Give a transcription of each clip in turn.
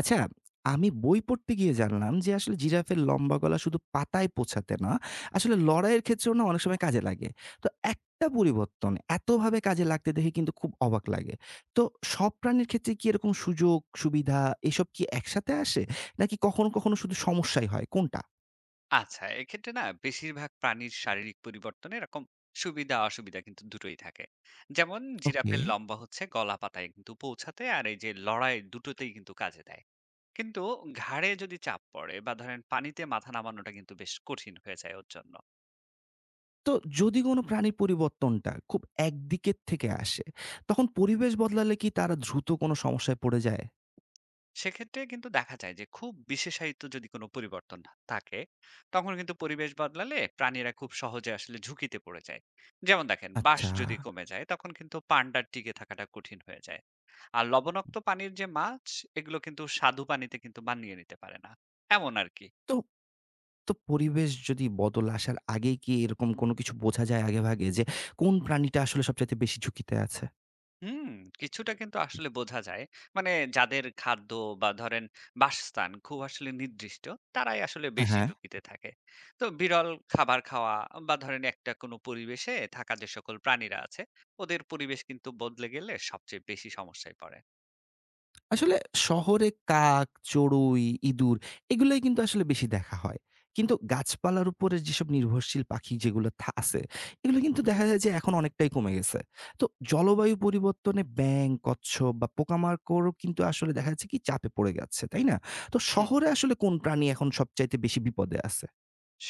আচ্ছা, আমি বই পড়তে গিয়ে জানলাম যে আসলে জিরাফের লম্বা গলা শুধু পাতায় পৌঁছাতে না, আসলে লড়াইয়ের ক্ষেত্রেও না অনেক সময় কাজে লাগে। তো একটা পরিবর্তন এতভাবে কাজে লাগতে দেখে কিন্তু খুব অবাক লাগে। তো সব প্রাণীর ক্ষেত্রে কি এরকম সুযোগ, সুবিধা এসব কি একসাথে আসে? নাকি কখনো, কখনো শুধু সমস্যাই হয় কোনটা? আচ্ছা, এক্ষেত্রে না বেশিরভাগ প্রাণীর শারীরিক পরিবর্তনে এরকম সুবিধা-অসুবিধা কিন্তু দুটোই থাকে। যেমন ওকে। জিরাফের লম্বা হচ্ছে গলা পাতায় কিন্তু পৌঁছাতে আর এই যে লড়াই দুটোতেই কিন্তু কাজে দেয়। কিন্তু ঘাড়ে যদি চাপ পড়ে বা ধরেন পানিতে মাথা নামানোটা কিন্তু বেশ কঠিন হয়ে যায় ওর জন্য। তো যদি কোনো প্রাণীর পরিবর্তনটা খুব একদিকের থেকে আসে, তখন পরিবেশ বদলালে কি তারা দ্রুত কোনো সমস্যায় পড়ে যায়? সেক্ষেত্রে কিন্তু দেখা যায় যে খুব বিশেষায়িত যদি কোনো পরিবর্তন থাকে, তখন কিন্তু পরিবেশ বদলালে প্রাণীরা খুব সহজে আসলে ঝুঁকিতে পড়ে যায়। যেমন দেখেন বাঁশ আচ্ছা। যদি কমে যায় তখন কিন্তু পান্ডার টিকে থাকাটা কঠিন হয়ে যায়। আর লবণাক্ত পানির যে মাছ, এগুলো কিন্তু স্বাদু পানিতে কিন্তু মানিয়ে নিতে পারে না। এমন আরকি। তো তো পরিবেশ যদি বদল আসার আগেই কি এরকম কোনো কিছু বোঝা যায় আগেভাগে যে কোন প্রাণীটা আসলে সবচাইতে বেশি ঝুঁকিতে আছে? হুম, কিছুটা কিন্তু আসলে বোঝা যায়। মানে যাদের খাদ্য বা ধরেন বাসস্থান খুব আসলে নির্দিষ্ট, তারাই আসলে হ্যাঁ, বেশি হ্যাঁ। ঝুঁকিতে থাকে। তো বিরল খাবার খাওয়া বা ধরেন একটা কোনো পরিবেশে থাকা যে সকল প্রাণীরা আছে, ওদের পরিবেশ কিন্তু বদলে গেলে সবচেয়ে বেশি সমস্যায় পড়ে। আসলে শহরে কাক, চড়ুই, ইঁদুর এগুলাই কিন্তু আসলে বেশি দেখা হয়। কিন্তু গাছপালার উপরে যেসব নির্ভরশীল পাখি যেগুলো আছে, এগুলো কিন্তু দেখা যায় যে এখন অনেকটাই কমে গেছে। তো জলবায়ু পরিবর্তনে ব্যাঙ, কচ্ছপ বা পোকামাকড়ও কিন্তু আসলে দেখা যাচ্ছে কি চাপে পড়ে যাচ্ছে, তাই না? তো হুম। শহরে আসলে কোন প্রাণী এখন সবচাইতে বেশি বিপদে আছে?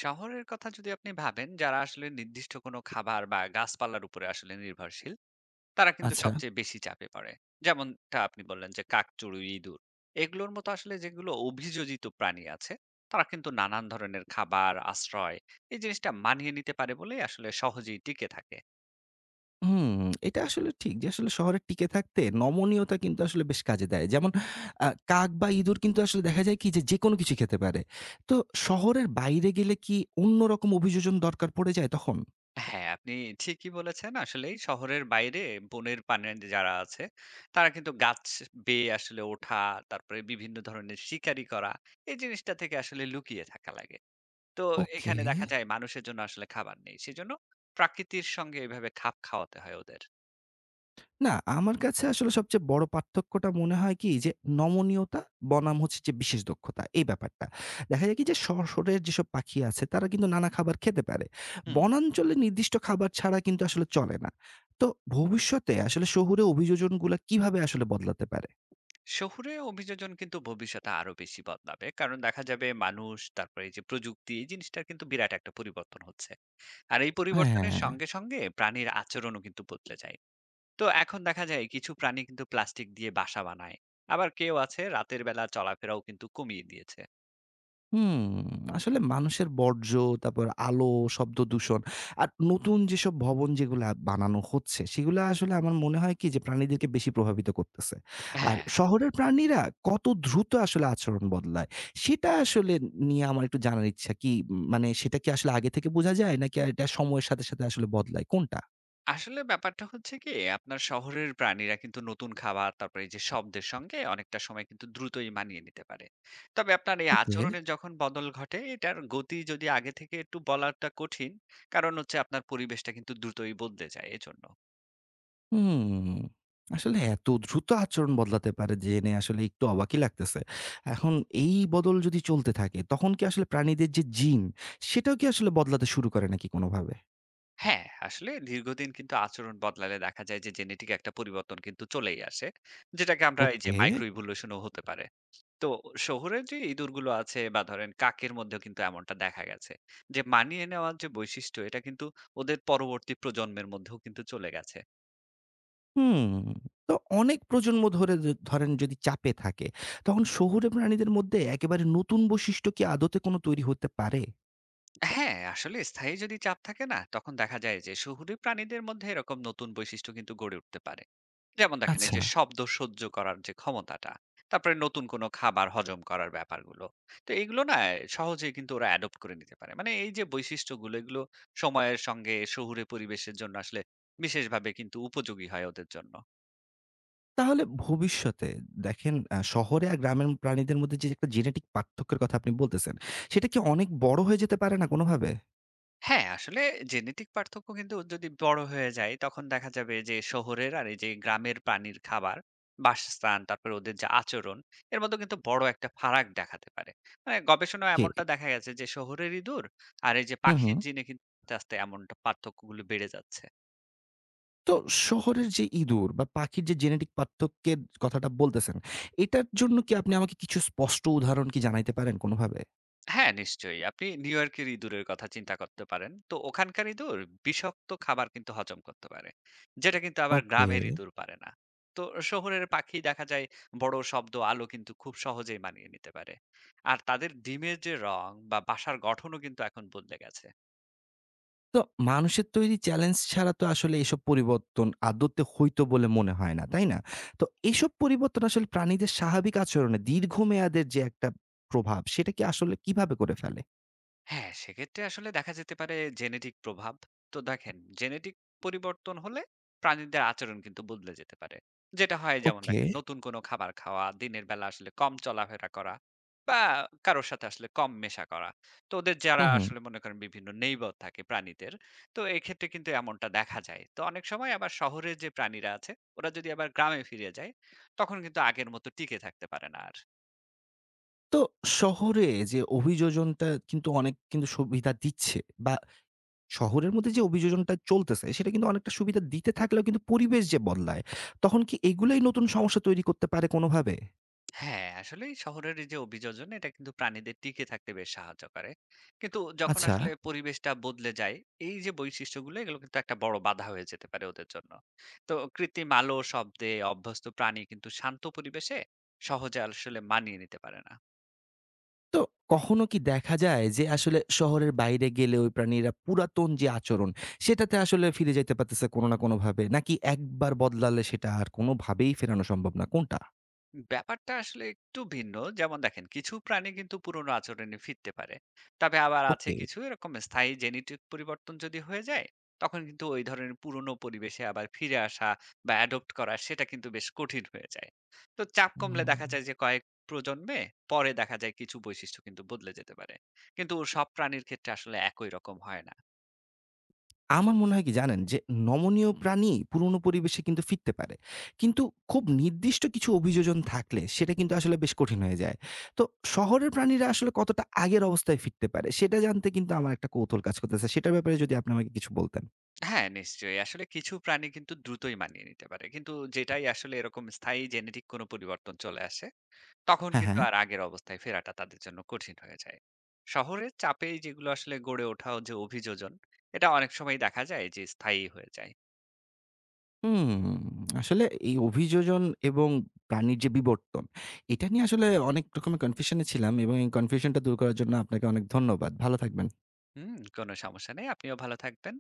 শহরের কথা যদি আপনি ভাবেন, যারা আসলে নির্দিষ্ট কোনো খাবার বা গাছপালার উপরে আসলে নির্ভরশীল তারা কিন্তু আচ্ছা। সবচেয়ে বেশি চাপে পড়ে। যেমনটা আপনি বললেন যে কাক, চড়ুই, ইঁদুর এগুলোর মতো আসলে যেগুলো অভিযোজিত প্রাণী আছে, তারা কিন্তু নানান ধরনের খাবার, আশ্রয় এই জিনিসটা মানিয়ে নিতে পারে বলেই আসলে সহজেই টিকে থাকে। হুম, এটা আসলে ঠিক যে আসলে শহরে টিকে থাকতে নমনীয়তা কিন্তু আসলে বেশ কাজে দেয়। যেমন কাক বা ইঁদুর কিন্তু আসলে দেখা যায় কি যে যেকোনো কিছু খেতে পারে। তো শহরের বাইরে গেলে কি অন্যরকম অভিযোজন দরকার পড়ে যায় তখন? হ্যাঁ, আপনি ঠিকই বলেছেন। আসলেই শহরের বাইরে বনের পানে যারা আছে, তারা কিন্তু গাছ বেয়ে আসলে ওঠা, তারপরে বিভিন্ন ধরনের শিকারি করা, এই জিনিসটা থেকে আসলে লুকিয়ে থাকা লাগে। তো ওকে। এখানে দেখা যায় মানুষের জন্য আসলে খাবার নেই। সেজন্য প্রাকৃতির সঙ্গে এভাবে খাপ খাওয়াতে হয় ওদের। না, আমার কাছে আসলে সবচেয়ে বড় পার্থক্যটা মনে হয় কি যে, নমনীয়তা বনাম হচ্ছে যে বিশেষ দক্ষতা, এই ব্যাপারটা। দেখা যায় কি যে শহরের যেসব পাখি আছে তারা কিন্তু নানা খাবার খেতে পারে। হুম। বনাঞ্চলে নির্দিষ্ট খাবার ছাড়া কিন্তু আসলে চলে না। তো ভবিষ্যতে আসলে শহুরে অভিযোজনগুলা কিভাবে আসলে বদলাতে পারে? শহুরে অভিযোজন কিন্তু ভবিষ্যতে আরো বেশি বদলাবে। কারণ দেখা যাবে মানুষ, তারপরে এই যে প্রযুক্তি, এই জিনিসটার কিন্তু বিরাট একটা পরিবর্তন হচ্ছে। আর এই পরিবর্তনের হ্যাঁ। সঙ্গে, সঙ্গে প্রাণীর আচরণও কিন্তু বদলে যায়। তো এখন দেখা যায় কিছু প্রাণী কিন্তু প্লাস্টিক দিয়ে বাসা বানায়। আবার কেউ আছে রাতের বেলা চলাফেরাও কিন্তু কমিয়ে দিয়েছে। হুম, আসলে মানুষের বর্জ্য, তারপর আলো, শব্দ দূষণ আর নতুন যেসব ভবন যেগুলা বানানো হচ্ছে, সেগুলা আসলে আমার মনে হয় কি যে প্রাণীদেরকে বেশি প্রভাবিত করতেছে। আর হ্যাঁ। শহরের প্রাণীরা কত দ্রুত আসলে আচরণ বদলায়, সেটা আসলে নিয়ে আমার একটু জানার ইচ্ছা। কি মানে সেটা কি আসলে আগে থেকে বোঝা যায় নাকি এটা সময়ের সাথে, সাথে আসলে বদলায়? কোনটা? আসলে ব্যাপারটা হচ্ছে কি আপনার শহরের প্রাণীরা কিন্তু নতুন খাবার তারপরে এই যে শব্দের সঙ্গে অনেকটা সময় কিন্তু দ্রুতই মানিয়ে নিতে পারে। তবে আপনার এই ওকে। আচরণের যখন বদল ঘটে এটার গতি যদি আগে থেকে একটু বলাটা কঠিন। কারণ হচ্ছে আপনার পরিবেশটা কিন্তু দ্রুতই বদলে যায় এজন্য। হুম, আসলে এত দ্রুত আচরণ বদলাতে পারে জেনে আসলে একটু অবাকই লাগতেছে। এখন এই বদল যদি চলতে থাকে তখন কি আসলে প্রাণীদের যে জিন সেটাও কি আসলে বদলাতে শুরু করে নাকি কোনোভাবে? হ্যাঁ, আসলে দীর্ঘদিন কিন্তু আচরণ বদলালে দেখা যায় যে জেনেটিক একটা পরিবর্তন কিন্তু চলেই আসে, যেটাকে আমরা এই যে ওকে। মাইক্রো ইভলিউশনও হতে পারে। তো শহুরে যে ইঁদুরগুলো আছে বা ধরেন কাকের মধ্যেও কিন্তু এমনটা দেখা গেছে যে মানিয়ে নেওয়ার যে বৈশিষ্ট্য এটা কিন্তু ওদের পরবর্তী প্রজন্মের মধ্যেও কিন্তু চলে গেছে। হুম, তো অনেক প্রজন্ম ধরে ধরেন যদি চাপে থাকে তখন শহুরে প্রাণীদের মধ্যে একেবারে নতুন বৈশিষ্ট্য কি আদতে কোনো তৈরি হতে পারে? হ্যাঁ, আসলে স্থায়ী যদি চাপ থাকে না তখন দেখা যায় যে শহুরে প্রাণীদের মধ্যে এরকম নতুন বৈশিষ্ট্য কিন্তু গড়ে উঠতে পারে। যেমন দেখেন এই আচ্ছা। যে শব্দ সহ্য করার যে ক্ষমতাটা, তারপরে নতুন কোনো খাবার হজম করার ব্যাপারগুলো। তো এগুলো না সহজেই কিন্তু ওরা অ্যাডপ্ট করে নিতে পারে। মানে এই যে বৈশিষ্ট্যগুলো এগুলো সময়ের সঙ্গে শহুরে পরিবেশের জন্য আসলে বিশেষভাবে কিন্তু উপযোগী হয় ওদের জন্য। তাহলে ভবিষ্যতে দেখেন শহরে আর গ্রামের প্রাণীদের মধ্যে যে একটা জেনেটিক পার্থক্যের কথা আপনি বলতেছেন, সেটা কি অনেক বড় হয়ে যেতে পারে না কোনোভাবে? হ্যাঁ, আসলে জেনেটিক পার্থক্য কিন্তু যদি বড় হয়ে যায়, তখন দেখা যাবে যে শহরের আর এই যে গ্রামের প্রাণীর খাবার, বাসস্থান, তারপরে ওদের যে আচরণ, এর মধ্যে কিন্তু বড় একটা ফারাক দেখাতে পারে। মানে গবেষণায় জি। এমনটা দেখা গেছে যে শহরের ইঁদুর আর এই যে হুম, পাখির হুম। জিনে কিন্তু আস্তে, আস্তে এমনটা পার্থক্যগুলো বেড়ে যাচ্ছে। তো শহরের যে ইঁদুর বা পাখির যে জেনেটিক পার্থক্যের কথাটা বলতেছেন, এটার জন্য কি আপনি আমাকে কিছু স্পষ্ট উদাহরণ কি জানাইতে পারেন কোনোভাবে? হ্যাঁ, নিশ্চয়ই। আপনি নিউ ইয়র্কের ইঁদুরের কথা চিন্তা করতে পারেন। তো ওখানকার ইঁদুর বিষাক্ত খাবার কিন্তু হজম করতে পারে। যেটা কিন্তু আবার ওকে। গ্রামের ইঁদুর পারে না। তো শহরের পাখি দেখা যায় বড় শব্দ, আলো কিন্তু খুব সহজেই মানিয়ে নিতে পারে। আর তাদের ডিমের যে রং বা বাসার গঠনও কিন্তু এখন বদলে গেছে। তো মানুষের তৈরি চ্যালেঞ্জ ছাড়া তো আসলে এসব পরিবর্তন আদতে হইতো বলে মনে হয় না, তাই না? তো এসব পরিবর্তন আসলে প্রাণীদের স্বাভাবিক আচরণে দীর্ঘমেয়াদের যে একটা প্রভাব, সেটা কি আসলে কিভাবে করে ফেলে? হ্যাঁ, সেক্ষেত্রে আসলে দেখা যেতে পারে জেনেটিক প্রভাব। তো দেখেন জেনেটিক পরিবর্তন হলে প্রাণীদের আচরণ কিন্তু বদলে যেতে পারে। যেটা হয় যেমন ওকে। দেখেন নতুন কোনো খাবার খাওয়া, দিনের বেলা আসলে কম চলাফেরা করা বা কারো সাথে আসলে কম মেশা করা। তো ওদের যারা হুম, হুম। আসলে মনে করেন বিভিন্ন নেইবার থাকে প্রাণীদের, তো এক্ষেত্রে কিন্তু এমনটা দেখা যায়। তো অনেক সময় আবার শহরে যে প্রাণীরা আছে ওরা যদি আবার গ্রামে ফিরে যায়, তখন কিন্তু আগের মতো টিকে থাকতে পারে না আর। তো শহরে যে অভিযোজনটা কিন্তু অনেক কিন্তু সুবিধা দিচ্ছে বা শহরের মধ্যে যে অভিযোজনটা চলতেছে, সেটা কিন্তু অনেকটা সুবিধা দিতে থাকলেও কিন্তু পরিবেশ যে বদলায়, তখন কি এগুলাই নতুন সমস্যা তৈরি করতে পারে কোনোভাবে? হ্যাঁ, আসলেই শহরের এই যে অভিযোজন এটা কিন্তু প্রাণীদের টিকে থাকতে বেশ সাহায্য করে। কিন্তু যখন আচ্ছা। আসলে পরিবেশটা বদলে যায়, এই যে বৈশিষ্ট্যগুলো এগুলো কিন্তু একটা বড় বাধা হয়ে যেতে পারে ওদের জন্য। তো কৃত্রিম আলো, শব্দে অভ্যস্ত প্রাণী কিন্তু শান্ত পরিবেশে সহজে আসলে মানিয়ে নিতে পারে না। তো কখনো কি দেখা যায় যে আসলে শহরের বাইরে গেলে ওই প্রাণীরা পুরাতন যে আচরণ সেটাতে আসলে ফিরে যাইতে পারতেছে কোনো না কোনোভাবে? নাকি একবার বদলালে সেটা আর কোনোভাবেই ফেরানো সম্ভব না কোনটা? ব্যাপারটা আসলে একটু ভিন্ন। যেমন দেখেন কিছু প্রাণী কিন্তু পুরনো আচরণে ফিরতে পারে। তবে আবার আছে ওকে। কিছু এরকম স্থায়ী জেনেটিক পরিবর্তন যদি হয়ে যায়, তখন কিন্তু ওই ধরনের পুরনো পরিবেশে আবার ফিরে আসা বা অ্যাডপ্ট করা সেটা কিন্তু বেশ কঠিন হয়ে যায়। তো চাপ কমলে দেখা উম যায় যে কয়েক প্রজন্মে পরে দেখা যায় কিছু বৈশিষ্ট্য কিন্তু বদলে যেতে পারে। কিন্তু সব প্রাণীর ক্ষেত্রে আসলে একই রকম হয় না। আমার মনে হয় কি জানেন? যে নমনীয় প্রাণী পুরনো পরিবেশে কিন্তু ফিরতে পারে। কিন্তু খুব নির্দিষ্ট কিছু অভিযোজন থাকলে সেটা কিন্তু আসলে বেশ কঠিন হয়ে যায়। তো শহরের প্রাণীরা আসলে কতটা আগের অবস্থায় ফিরতে পারে সেটা জানতে কিন্তু আমার একটা কৌতূহল কাজ করতেছে। সেটার ব্যাপারে যদি আপনি আমাকে কিছু বলতেন। হ্যাঁ, নিশ্চয়ই। আসলে কিছু প্রাণী কিন্তু দ্রুতই মানিয়ে নিতে পারে। কিন্তু যেটাই আসলে এরকম স্থায়ী জেনেটিক কোনো পরিবর্তন চলে আসে তখন হ্যাঁ, কিন্তু হ্যাঁ। আর আগের অবস্থায় ফেরাটা তাদের জন্য কঠিন হয়ে যায়। শহরের চাপেই যেগুলো আসলে গড়ে ওঠা যে অভিযোজন, এটা অনেক সময় দেখা যায় যে স্থায়ী হয়ে যায়। হুম, আসলে এই অভিযোজন এবং প্রাণীর যে বিবর্তন, এটা নিয়ে আসলে অনেক রকমের কনফিউশন এ ছিলাম এবং এই কনফিউশনটা দূর করার জন্য আপনাকে অনেক ধন্যবাদ। ভালো থাকবেন। হুম, কোনো সমস্যা নেই। আপনিও ভালো থাকবেন।